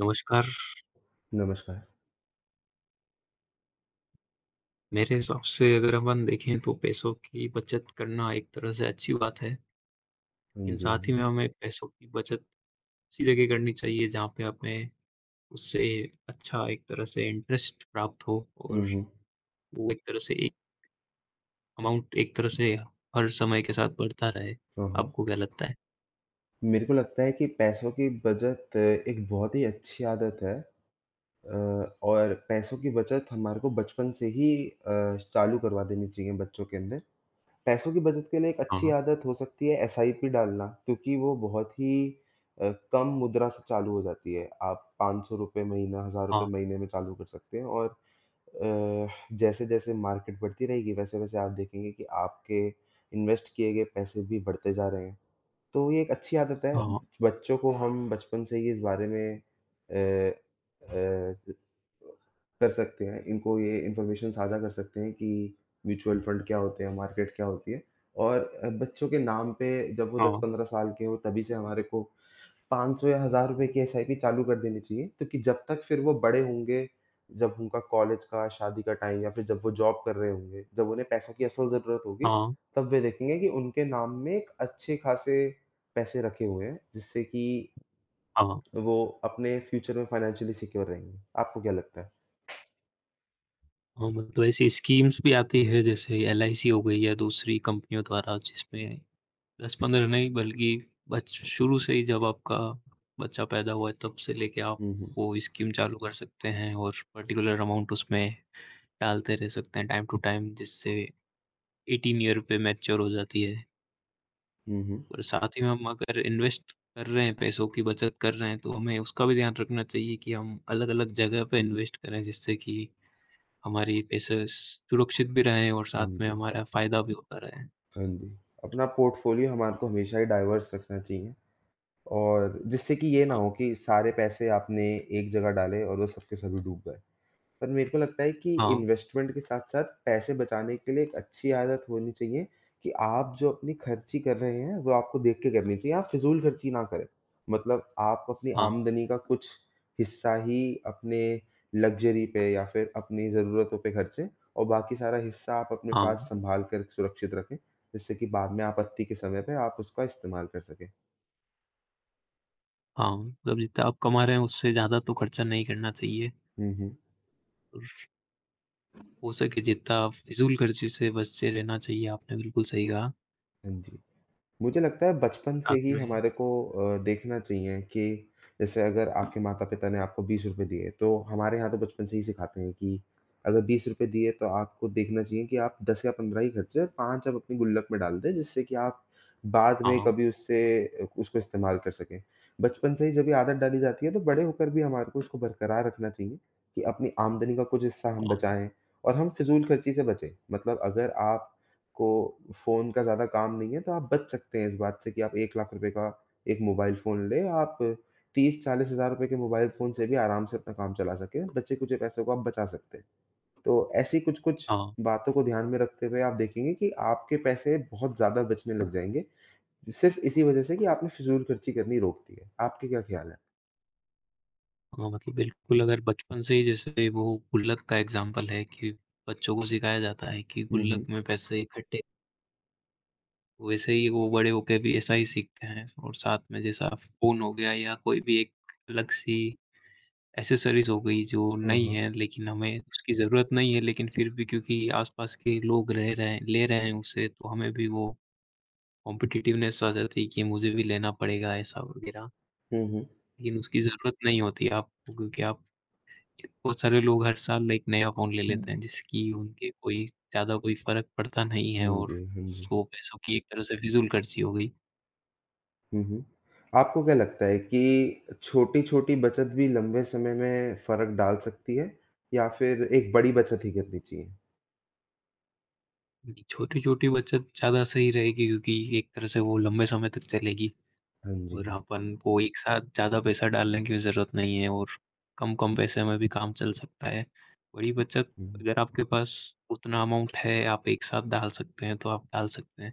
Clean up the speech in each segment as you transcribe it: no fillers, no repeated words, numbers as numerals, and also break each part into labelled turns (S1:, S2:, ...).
S1: नमस्कार।
S2: नमस्कार।
S1: मेरे हिसाब से अगर अपन देखें तो पैसों की बचत करना एक तरह से अच्छी बात है,
S2: हाँ
S1: लेकिन
S2: जी,
S1: साथ ही
S2: हुँ,
S1: में हमें पैसों की बचत उसी जगह करनी चाहिए जहाँ पे हमें उससे अच्छा एक तरह से इंटरेस्ट प्राप्त हो, और
S2: हुँ, हुँ।
S1: वो एक तरह से एक अमाउंट एक तरह से हर समय के साथ बढ़ता रहे।
S2: हाँ, हाँ।
S1: आपको क्या लगता है?
S2: मेरे को लगता है कि पैसों की बचत एक बहुत ही अच्छी आदत है अ, और पैसों की बचत हमारे को बचपन से ही चालू करवा देनी चाहिए बच्चों के अंदर। पैसों की बचत के लिए एक अच्छी
S1: हाँ,
S2: आदत हो सकती है एसआईपी डालना क्योंकि वो बहुत ही कम मुद्रा से चालू हो जाती है। आप ₹500 महीना, ₹1000
S1: हाँ,
S2: महीने में चालू कर सकते हैं और अ, जैसे-जैसे मार्केट बढ़ती रहेगी वैसे-वैसे आप देखेंगे कि आपके इन्वेस्ट किए गए पैसे भी बढ़ते जा रहे हैं। तो ये एक अच्छी आदत है।
S1: हाँ,
S2: बच्चों को हम बचपन से ही इस बारे में अ, कर सकते हैं। इनको ये इन्फॉर्मेशन साझा कर सकते हैं कि म्यूचुअल फंड क्या होते हैं, मार्केट क्या होती है और बच्चों के नाम पे जब वो
S1: हाँ,
S2: 10-15 साल के हों तभी से हमारे को 500 या ₹1000 की एसआईपी चालू कर देनी चाहिए। क्योंकि जब तक फिर वो बड़े होंगे, जब उनका कॉलेज का, शादी का टाइम या फिर जब वो जॉब कर रहे होंगे, जब उन्हें पैसों की असल ज़रूरत होगी,
S1: हाँ,
S2: तब वे देखेंगे कि उनके नाम में एक अच्छे खासे पैसे रखे हुए हैं, जिससे कि
S1: हाँ।
S2: वो अपने फ्यूचर में फाइनेंशियली सिक्योर रहेंगे। आपको क्या लगता है?
S1: हाँ, मतलब ऐसी स्कीम्स भी आती है जैसे एलआईसी हो गई या दूसरी कंपनियों द्वारा, जिसमें 10-15 नहीं, बल्कि बच शुरू से ही, जब आपका बच्चा पैदा हुआ है, तब से लेके आप
S2: हुँ, हुँ।
S1: वो स्कीम चालू कर सकते हैं, और पर्टिकुलर अमाउंट उसमें डालते रह सकते हैं टाइम टू टाइम, जिससे 18 ईयर पे मैच्योर हो जाती है।
S2: हुँ, हुँ।
S1: और साथ ही में हम अगर इन्वेस्ट कर रहे हैं, पैसों की बचत कर रहे हैं, तो हमें उसका भी ध्यान रखना चाहिए कि हम अलग-अलग जगह पे इन्वेस्ट करें, जिससे कि हमारी पैसे सुरक्षित भी रहें और
S2: हाँ
S1: साथ में
S2: जी,
S1: हमारा फ़ायदा भी होता रहे।
S2: हाँ जी। अपना पोर्टफोलियो हमारे को हमेशा ही डाइवर्स रखना चाहिए और जिससे कि ये ना
S1: हाँ,
S2: हो कि सारे पैसे आपने एक जगह डाले और वो सब के सभी डूब गए। पर मेरे को लगता है कि
S1: हाँ,
S2: इन्वेस्टमेंट के साथ-साथ पैसे बचाने के लिए एक अच्छी आदत होनी चाहिए कि आप जो अपनी खर्ची कर रहे हैं, वो आपको देख के करनी चाहिए। आप फिज़ूल खर्ची ना करें। मतलब आप अपनी
S1: हाँ,
S2: आमदनी का कुछ हिस्सा ही अपने लग्ज़री पे या फिर अपनी ज़रूरतों पे खर्चें और बाकी सारा हिस्सा आप अपने पास
S1: हाँ।
S2: सँभाल कर सुरक्षित रखें, जिससे कि बाद में आपत्ति के समय पे आप उसका इस्तेमाल कर सकें।
S1: हाँ, मतलब जितना आप कमा रहे हैं उससे ज़्यादा तो खर्चा नहीं करना चाहिए,
S2: हुँ, हुँ।
S1: और हो सके जितना फ़िज़ूल खर्चे से बचे रहना चाहिए। आपने बिल्कुल सही कहा।
S2: हाँ जी। मुझे लगता है बचपन से
S1: साथ
S2: ही
S1: में।
S2: हमारे को देखना चाहिए कि जैसे अगर आपके माता-पिता ने आपको ₹20 दिए, तो हमारे यहाँ तो बचपन से ही सिखाते हैं कि अगर ₹20 दिए तो आपको देखना चाहिए कि आप 10 या 15 ही खर्चे और 5 आप अपनी गुल्लक में डाल दें, जिससे कि आप बाद में
S1: हाँ,
S2: कभी उससे उसको इस्तेमाल कर सकें। बचपन से ही जब ये आदत डाली जाती है, तो बड़े होकर भी हमारे को इसको बरकरार रखना चाहिए कि अपनी आमदनी का कुछ हिस्सा हम
S1: हाँ,
S2: बचाएँ और हम फिज़ूल खर्ची से बचें। मतलब अगर आप को फ़ोन का ज़्यादा काम नहीं है, तो आप बच सकते हैं इस बात से कि आप 1 लाख रुपए का एक मोबाइल फ़ोन लें। आप 30-40 हज़ार रुपए के मोबाइल फ़ोन से भी आराम से अपना काम चला सकें, बचे कुचे पैसों को आप बचा सकते हैं। तो ऐसी कुछ-कुछ
S1: हाँ,
S2: बातों को ध्यान में रखते हुए आप देखेंगे कि आपके पैसे बहुत ज़्यादा बचने लग जाएँगे, सिर्फ़ इसी वजह से कि आपने फ़िज़ूल खर्ची करनी रोक दी है। आपके क्या ख़्याल है?
S1: हाँ, मतलब बिल्कुल अगर बचपन से ही, जैसे वो गुल्लक का एग्ज़ाम्पल है कि बच्चों को सिखाया जाता है कि
S2: हुँ,
S1: गुल्लक
S2: हुँ।
S1: में पैसे इकट्ठे, वैसे ही वो बड़े होके भी ऐसा ही सीखते हैं। और साथ में जैसा फ़ोन हो गया या कोई भी एक अलग-सी एक्सेसरीज़ हो गई, जो
S2: हाँ,
S1: नई
S2: हाँ।
S1: हैं लेकिन हमें उसकी ज़रूरत नहीं है, लेकिन फिर भी क्योंकि आस-पास के लोग रह रहे हैं, ले रहे हैं, उससे तो हमें भी वो कॉम्पिटिटिवनेस आ जाती है कि मुझे भी लेना पड़ेगा ऐसा वग़ैरह।
S2: हुँ, हुँ।
S1: लेकिन उसकी ज़रूरत नहीं होती आपको, क्योंकि आप, बहुत सारे लोग हर साल एक नया फ़ोन ले लेते हैं, जिसकी उनके कोई ज़्यादा कोई फ़र्क पड़ता नहीं है,
S2: हुँ,
S1: और
S2: जी, हाँ जी।
S1: वो पैसों की एक तरह से फिज़ूलखर्ची हो गई।
S2: हुँ, हुँ। आपको क्या लगता है कि छोटी-छोटी बचत भी लंबे समय में फ़र्क डाल सकती है या फिर एक बड़ी बचत ही करनी चाहिए?
S1: छोटी-छोटी बचत ज़्यादा सही रहेगी, क्योंकि एक तरह से वो लंबे समय तक चलेगी।
S2: हाँ जी।
S1: और अपन को एक साथ ज़्यादा पैसा डालने की भी ज़रूरत नहीं है, और कम-कम पैसे में भी काम चल सकता है। बड़ी बचत,
S2: हुँ,
S1: अगर आपके पास उतना अमाउंट है, आप एक साथ डाल सकते हैं, तो आप डाल सकते हैं।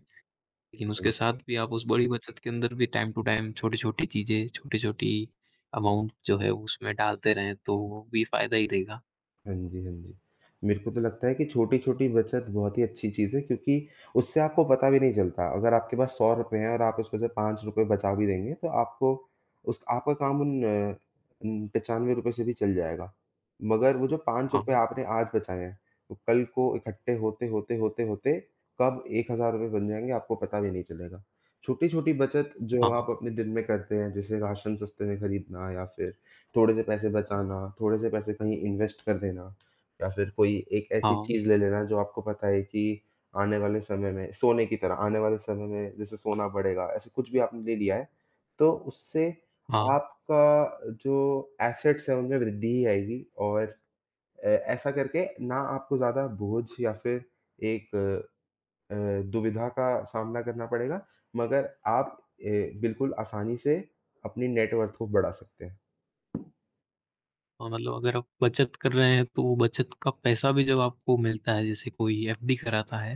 S1: लेकिन उसके
S2: हुँ।
S1: साथ भी आप उस बड़ी बचत के अंदर भी टाइम टू टाइम छोटी-छोटी चीज़ें, छोटी-छोटी अमाउंट जो है उसमें डालते रहें, तो वो भी फ़ायदा ही देगा।
S2: हाँ जी, हाँ जी। मेरे को तो लगता है कि छोटी-छोटी बचत बहुत ही अच्छी चीज़ है क्योंकि उससे आपको पता भी नहीं चलता। अगर आपके पास ₹100 हैं और आप उसमें से ₹5 बचा भी देंगे तो आपको उस आपका काम उन उन ₹95 से भी चल जाएगा। मगर वो जो ₹5
S1: हाँ,
S2: आपने आज बचाए हैं, वो कल को इकट्ठे होते, होते, होते, होते कब ₹1,000 बन जाएँगे आपको पता भी नहीं चलेगा। छोटी-छोटी बचत जो
S1: हाँ,
S2: आप
S1: हाँ,
S2: अपने दिन में करते हैं, जैसे राशन सस्ते में खरीदना या फिर थोड़े से पैसे बचाना, थोड़े से पैसे कहीं इन्वेस्ट कर देना या फिर कोई एक ऐसी
S1: हाँ,
S2: चीज़ ले लेना जो आपको पता है कि आने वाले समय में सोने की तरह आने वाले समय में जैसे सोना बढ़ेगा, ऐसे कुछ भी आपने ले लिया है, तो उससे
S1: हाँ,
S2: आपका जो एसेट्स हैं उनमें वृद्धि ही आएगी और ऐसा करके ना आपको ज़्यादा बोझ या फिर एक अ, दुविधा का सामना करना पड़ेगा, मगर आप अ, बिल्कुल आसानी से अपनी नेट वर्थ को बढ़ा सकते हैं।
S1: हाँ, मतलब अगर आप बचत कर रहे हैं, तो वो बचत का पैसा भी जब आपको मिलता है, जैसे कोई एफडी कराता है,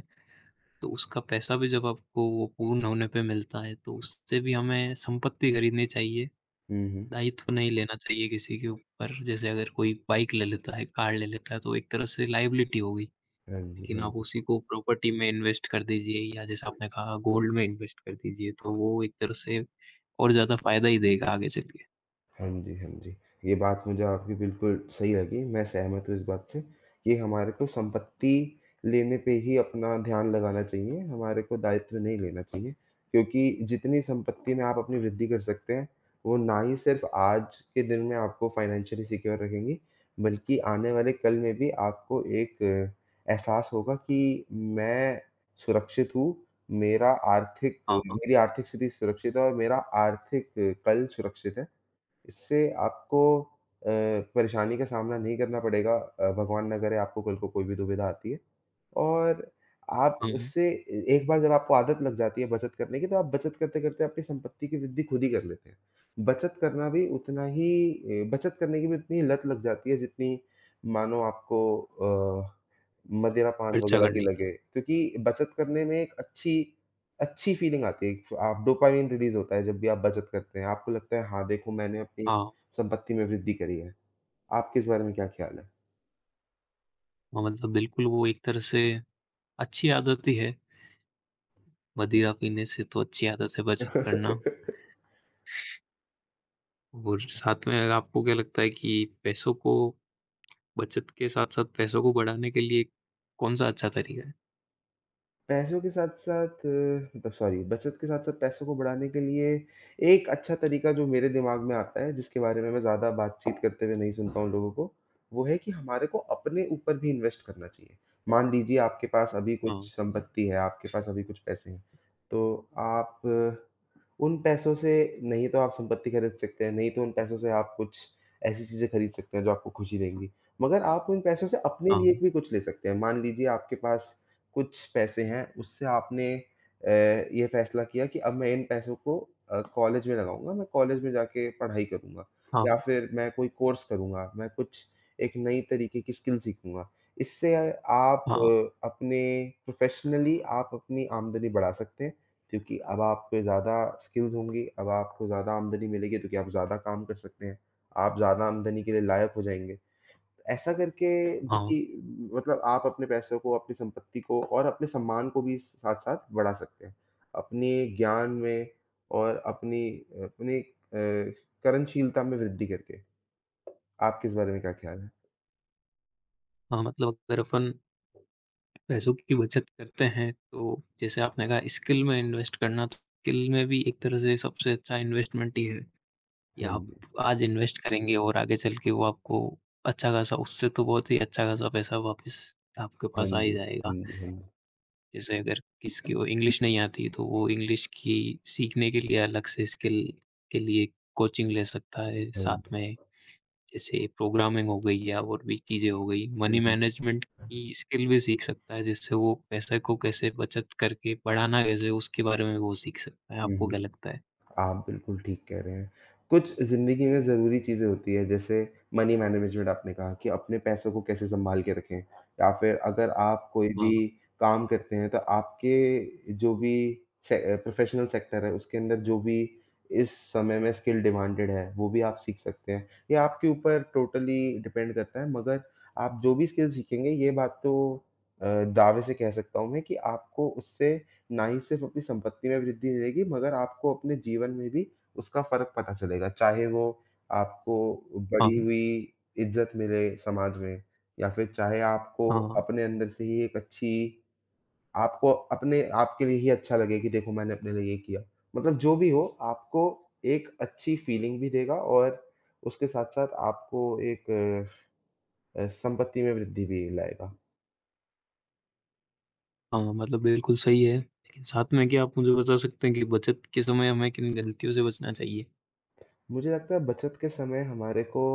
S1: तो उसका पैसा भी जब आपको वो पूर्ण होने पे मिलता है, तो उससे भी हमें संपत्ति खरीदनी चाहिए,
S2: हुँ, हुँ।
S1: दायित्व नहीं लेना चाहिए किसी के ऊपर। जैसे अगर कोई बाइक ले लेता है, कार ले लेता है, तो एक तरह से लायबिलिटी हो गई।
S2: हाँ जी,
S1: लेकिन
S2: हाँ
S1: आप
S2: जी।
S1: उसी को प्रॉपर्टी में इन्वेस्ट कर दीजिए, या जैसे आपने कहा गोल्ड में इन्वेस्ट कर दीजिए, तो वो एक तरह से और ज़्यादा फ़ायदा ही देगा आगे चल के।
S2: हाँ जी, हाँ जी। ये बात मुझे आपकी बिल्कुल सही लगी। मैं सहमत हूँ इस बात से कि हमारे को संपत्ति लेने पे ही अपना ध्यान लगाना चाहिए, हमारे को दायित्व नहीं लेना चाहिए। क्योंकि जितनी संपत्ति में आप अपनी वृद्धि कर सकते हैं, वो ना ही सिर्फ़ आज के दिन में आपको फ़ाइनेंशियली सिक्योर रखेंगी, बल्कि आने वाले कल में भी आपको एक एहसास होगा कि मैं सुरक्षित हूँ, मेरा आर्थिक
S1: हाँ, हाँ।
S2: मेरी आर्थिक स्थिति सुरक्षित है और मेरा आर्थिक कल सुरक्षित है। इससे आपको अ, परेशानी का सामना नहीं करना पड़ेगा, भगवान ना करे आपको कल को कोई भी दुविधा आती है। और आप
S1: हुँ,
S2: उससे ए एक बार जब आपको आदत लग जाती है बचत करने की, तो आप बचत करते-करते अपनी संपत्ति की वृद्धि खुद ही कर लेते हैं। बचत करना भी उतना ही बचत करने की भी उतनी ही लत लग जाती है जितनी मानो आपको मदिरा पान
S1: खर्चा
S2: वगैरह की
S1: करने की।
S2: लगे। क्योंकि बचत करने में एक अच्छी अच्छी फ़ीलिंग आती है। आप डोपामाइन रिलीज़ होता है जब भी आप बचत करते हैं। आपको लगता है हाँ, देखो मैंने अपनी
S1: हाँ,
S2: संपत्ति में वृद्धि करी है। आपके इस बारे में क्या ख़्याल है?
S1: हाँ, मतलब बिल्कुल वो एक तरह से अच्छी आदत ही है। मदिरा पीने से तो अच्छी आदत है बचत करना। और साथ में आपको क्या लगता है कि पैसों को, बचत के साथ-साथ पैसों को बढ़ाने के लिए कौन-सा अच्छा तरीका है?
S2: पैसों के साथ-साथ मतलब सॉरी बचत के साथ-साथ पैसों को बढ़ाने के लिए एक अच्छा तरीका जो मेरे दिमाग में आता है, जिसके बारे में मैं ज़्यादा बातचीत करते हुए नहीं सुनता हूँ लोगों को, वो है कि हमारे को अपने ऊपर भी इन्वेस्ट करना चाहिए। मान लीजिए आपके पास अभी कुछ
S1: हाँ,
S2: संपत्ति है, आपके पास अभी कुछ पैसे हैं, तो आप उन पैसों से नहीं तो आप संपत्ति खरीद सकते हैं, नहीं तो उन पैसों से आप कुछ ऐसी चीज़ें खरीद सकते हैं जो आपको खुशी देंगी। मगर आप उन पैसों से अपने लिए
S1: हाँ,
S2: भी कुछ ले सकते हैं। मान लीजिए आपके पास कुछ पैसे हैं, उससे आपने ये फ़ैसला किया कि अब मैं इन पैसों को कॉलेज में लगाऊँगा, मैं कॉलेज में जाके पढ़ाई करूँगा या
S1: हाँ,
S2: फिर मैं कोई कोर्स करूँगा, मैं कुछ एक नई तरीके की स्किल सीखूँगा। इससे आप
S1: हाँ,
S2: अ, अपने प्रोफ़ेशनली आप अपनी आमदनी बढ़ा सकते हैं क्योंकि अब आप पे ज़्यादा स्किल्स होंगी, अब आपको ज़्यादा आमदनी मिलेगी, तो कि आप ज़्यादा काम कर सकते हैं, आप ज़्यादा आमदनी के लिए लायक हो जाएँगे। ऐसा करके
S1: हाँ,
S2: भी मतलब आप अपने पैसों को, अपनी संपत्ति को और अपने सम्मान को भी साथ-साथ बढ़ा सकते हैं। अपने ज्ञान में और अपनी अपनी अ, कर्मशीलता में वृद्धि करके। आपके इस बारे में क्या ख़्याल है?
S1: हाँ, मतलब अगर अपन पैसों की बचत करते हैं, तो जैसे आपने कहा स्किल में इन्वेस्ट करना, तो स्किल में भी एक तरह से सबसे अच्छा इन्वेस्टमेंट ही है कि
S2: हाँ
S1: आप
S2: जी।
S1: आज इन्वेस्ट करेंगे और आगे चल के वो आपको अच्छा खासा, उससे तो बहुत ही अच्छा खासा पैसा वापस आपके
S2: हाँ
S1: पास आ ही
S2: जी। हाँ
S1: जाएगा।
S2: जी, हाँ जी,
S1: जैसे अगर किसी को इंग्लिश नहीं आती, तो वो इंग्लिश की सीखने के लिए अलग से स्किल के लिए कोचिंग ले सकता है।
S2: हाँ जी।
S1: साथ
S2: हाँ
S1: में जैसे प्रोग्रामिंग हो गई या और भी चीज़ें हो गई,
S2: जी।
S1: मनी
S2: हुँ, हुँ।
S1: मैनेजमेंट की स्किल भी सीख सकता है, जिससे वो पैसे को कैसे बचत करके बढ़ाना कैसे, उसके बारे में वो सीख सकता है।
S2: हुँ,
S1: आपको
S2: हुँ।
S1: क्या लगता है?
S2: आप बिल्कुल ठीक कह रहे हैं। कुछ ज़िंदगी में ज़रूरी चीज़ें होती हैं, जैसे मनी मैनेजमेंट आपने कहा कि अपने पैसों को कैसे सँभाल के रखें या फिर अगर आप कोई
S1: हाँ,
S2: भी काम करते हैं, तो आपके जो भी प्रोफ़ेशनल सेक्टर है, उसके अंदर जो भी इस समय में स्किल डिमांडेड है, वो भी आप सीख सकते हैं। ये आपके ऊपर टोटली डिपेंड करता है, मगर आप जो भी स्किल सीखेंगे, ये बात तो अ, दावे से कह सकता हूँ मैं कि आपको उससे ना ही सिर्फ़ अपनी संपत्ति में वृद्धि मिलेगी, मगर आपको अपने जीवन में भी उसका फ़र्क पता चलेगा। चाहे वो आपको बढ़ी
S1: हाँ,
S2: हुई इज़्ज़त मिले समाज में या फिर चाहे आपको
S1: हाँ,
S2: अपने अंदर से ही एक अच्छी आपको अपने आप के लिए ही अच्छा लगे कि देखो मैंने अपने लिए ये किया। मतलब जो भी हो आपको एक अच्छी फ़ीलिंग भी देगा और उसके साथ-साथ आपको एक संपत्ति में वृद्धि भी लाएगा।
S1: हाँ, मतलब बिल्कुल सही है। लेकिन साथ में क्या आप मुझे बता सकते हैं कि बचत के समय हमें किन गलतियों से बचना चाहिए?
S2: मुझे लगता है बचत के समय हमारे को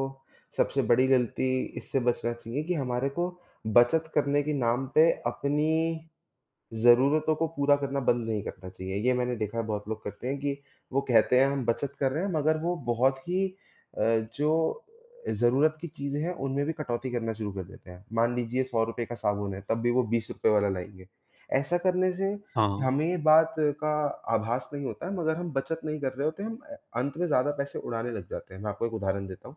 S2: सबसे बड़ी गलती इससे बचना चाहिए कि हमारे को बचत करने के नाम पे अपनी ज़रूरतों को पूरा करना बंद नहीं करना चाहिए। ये मैंने देखा है बहुत लोग करते हैं कि वो कहते हैं हम बचत कर रहे हैं मगर वो बहुत ही अ, जो ज़रूरत की चीज़ें हैं उनमें भी कटौती करना शुरू कर देते हैं। मान लीजिए ₹100 का साबुन है तब भी वो ₹20 वाला लाएँगे। ऐसा करने से
S1: हाँ,
S2: हमें ये बात का आभास नहीं होता है मगर हम बचत नहीं कर रहे होते हैं, हम अंत में ज़्यादा पैसे उड़ाने लग जाते हैं। मैं आपको एक उदाहरण देता हूँ।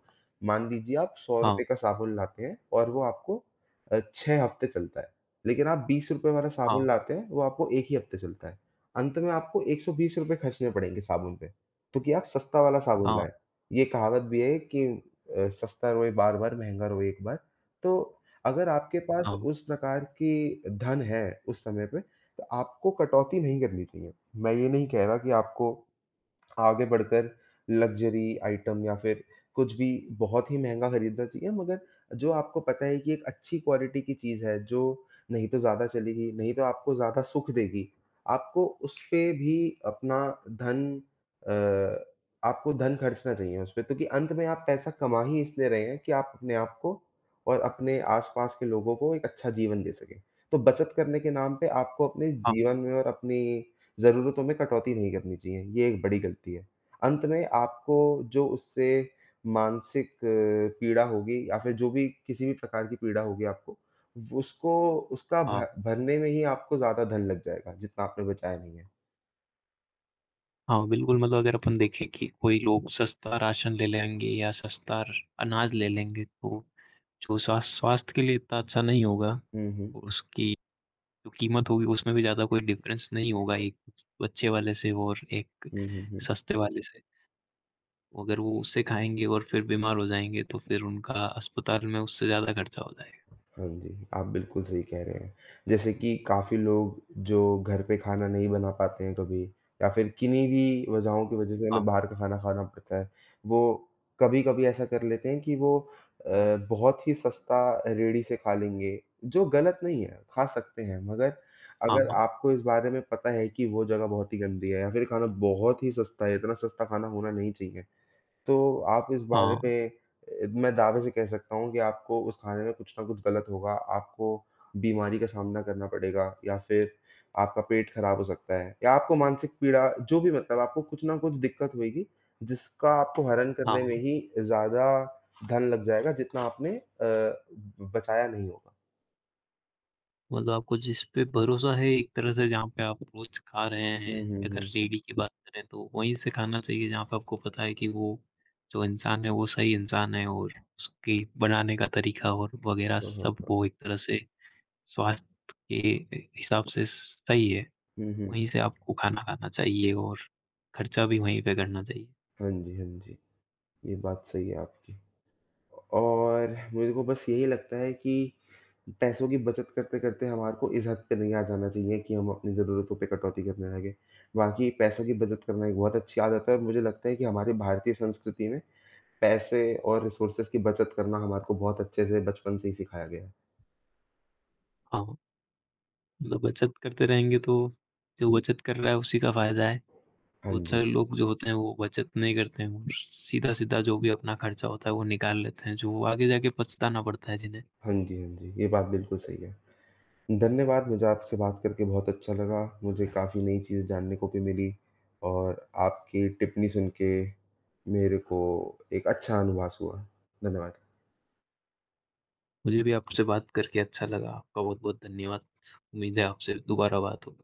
S2: मान लीजिए आप ₹100
S1: हाँ,
S2: का साबुन लाते हैं और वो आपको 6 हफ़्ते चलता है। लेकिन आप ₹20 वाला
S1: हाँ,
S2: साबुन लाते हैं, वो आपको 1 ही हफ़्ते चलता है। अंत में आपको ₹120 खर्चने पड़ेंगे साबुन पे, क्योंकि आप सस्ता वाला साबुन
S1: हाँ,
S2: लाए। ये कहावत भी है कि सस्ता रोए बार-बार, महँगा रोए एक बार। तो अगर आपके पास
S1: हाँ,
S2: उस प्रकार की धन है उस समय पे, तो आपको कटौती नहीं करनी चाहिए। मैं ये नहीं कह रहा कि आपको आगे बढ़कर लग्ज़री आइटम या फिर कुछ भी बहुत ही महँगा खरीदना चाहिए, मगर जो आपको पता है कि एक अच्छी क्वालिटी की चीज़ है, जो नहीं तो ज़्यादा चलेगी, नहीं तो आपको ज़्यादा सुख देगी। आपको उस पे भी धन अ, आपको धन खर्चना चाहिए उस पे, तो कि अंत में आप पैसा कमा ही इसलिए रहे हैं कि आप अपने आप को और अपने आस-पास के लोगों को एक अच्छा जीवन दे सकें। तो बचत करने के नाम पे आपको अपने
S1: हाँ,
S2: जीवन में और अपनी ज़रूरतों में कटौती नहीं करनी चाहिए, ये एक बड़ी गलती है। अंत में आपको जो उससे मानसिक पीड़ा होगी या फिर जो भी किसी भी प्रकार की पीड़ा होगी आपको, वो उसको उसका
S1: हाँ।
S2: भ भरने में ही आपको ज़्यादा धन लग जाएगा, जितना आपने बचाया नहीं है।
S1: हाँ, बिल्कुल, मतलब अगर अपन देखें कि कोई लोग सस्ता राशन ले लेंगे या सस्ता अनाज ले लेंगे, तो जो स्वास्थ्य स्वास्थ्य के लिए इतना अच्छा नहीं होगा,
S2: हुँ, हुँ।
S1: और उसकी जो कीमत होगी उसमें भी ज़्यादा कोई डिफरेंस नहीं होगा एक अच्छे वाले से और एक
S2: हुँ, हुँ, हुँ।
S1: सस्ते वाले से। अगर वो उससे खाएंगे और फिर बीमार हो जाएंगे, तो फिर उनका अस्पताल में उससे ज़्यादा खर्चा हो जाएगा।
S2: हाँ जी, आप बिल्कुल सही कह रहे हैं। जैसे कि काफ़ी लोग जो घर पे खाना नहीं बना पाते हैं कभी या फिर किन्हीं भी वजहों की वज़ह से
S1: हाँ,
S2: उन्हें बाहर का खाना खाना पड़ता है। वो कभी-कभी ऐसा कर लेते हैं कि वो अ, बहुत ही सस्ता रेहड़ी से खा लेंगे, जो गलत नहीं है, खा सकते हैं। मगर
S1: हाँ,
S2: अगर
S1: हाँ,
S2: आपको इस बारे में पता है कि वो जगह बहुत ही गंदी है या फिर खाना बहुत ही सस्ता है, इतना सस्ता खाना होना नहीं चाहिए। तो आप इस बारे पे मैं दावे से कह सकता हूँ कि आपको उस खाने में कुछ न कुछ गलत होगा, आपको बीमारी का सामना करना पड़ेगा या फिर आपका पेट खराब हो सकता है या आपको मानसिक पीड़ा जो भी मतलब आपको कुछ न कुछ दिक्कत होएगी, जिसका आपको हरण
S1: हाँ,
S2: करने में
S1: हाँ,
S2: ही ज़्यादा धन लग जाएगा जितना आपने बचाया नहीं होगा।
S1: मतलब आपको जिस पे भरोसा है एक तरह से, जहाँ पे आप रोज़ खा रहे
S2: हुँ,
S1: हैं,
S2: हुँ,
S1: अगर
S2: हुँ।
S1: रेडी की बात करें तो वहीं से खाना चाहिए, जहाँ पे आपको पता है कि वो जो इंसान है वो सही इंसान है, और उसकी बनाने का तरीका और वग़ैरह
S2: हाँ, हाँ,
S1: सब
S2: हाँ।
S1: वो एक तरह से स्वास्थ्य के हिसाब से सही है।
S2: हुँ, हुँ।
S1: वहीं से आपको खाना खाना चाहिए, और खर्चा भी वहीं पे करना चाहिए।
S2: हाँ जी, हाँ जी। ये बात सही है आपकी। और मेरे को बस यही लगता है कि पैसों की बचत करते-करते हमारे को इस हद पे नहीं आ जाना चाहिए कि हम अपनी ज़रूरतों पे कटौती करने लगे। बाकी पैसों की बचत करना एक बहुत अच्छी आदत है और मुझे लगता है कि हमारी भारतीय संस्कृति में पैसे और रिसोर्सेज़ की बचत करना हमारे को बहुत अच्छे से बचपन से ही सिखाया गया है।
S1: हाँ, मतलब बचत करते रहेंगे तो जो बचत कर रहा है उसी का फ़ायदा है।
S2: हाँ
S1: बहुत
S2: जी।
S1: सारे लोग जो होते हैं वो बचत नहीं करते हैं, और सीधा-सीधा जो भी अपना खर्चा होता है वो निकाल लेते हैं, जो आगे जाके पछताना पड़ता है जिन्हें।
S2: हाँ जी, हाँ जी। ये बात बिल्कुल सही है। धन्यवाद, मुझे आपसे बात करके बहुत अच्छा लगा। मुझे काफ़ी नई चीज़ें जानने को भी मिली और आपकी टिप्पणी सुन के मेरे को एक अच्छा अनुभव हुआ। धन्यवाद।
S1: मुझे भी आपसे बात करके अच्छा लगा, आपका बहुत-बहुत धन्यवाद। उम्मीद है आपसे दोबारा बात हो।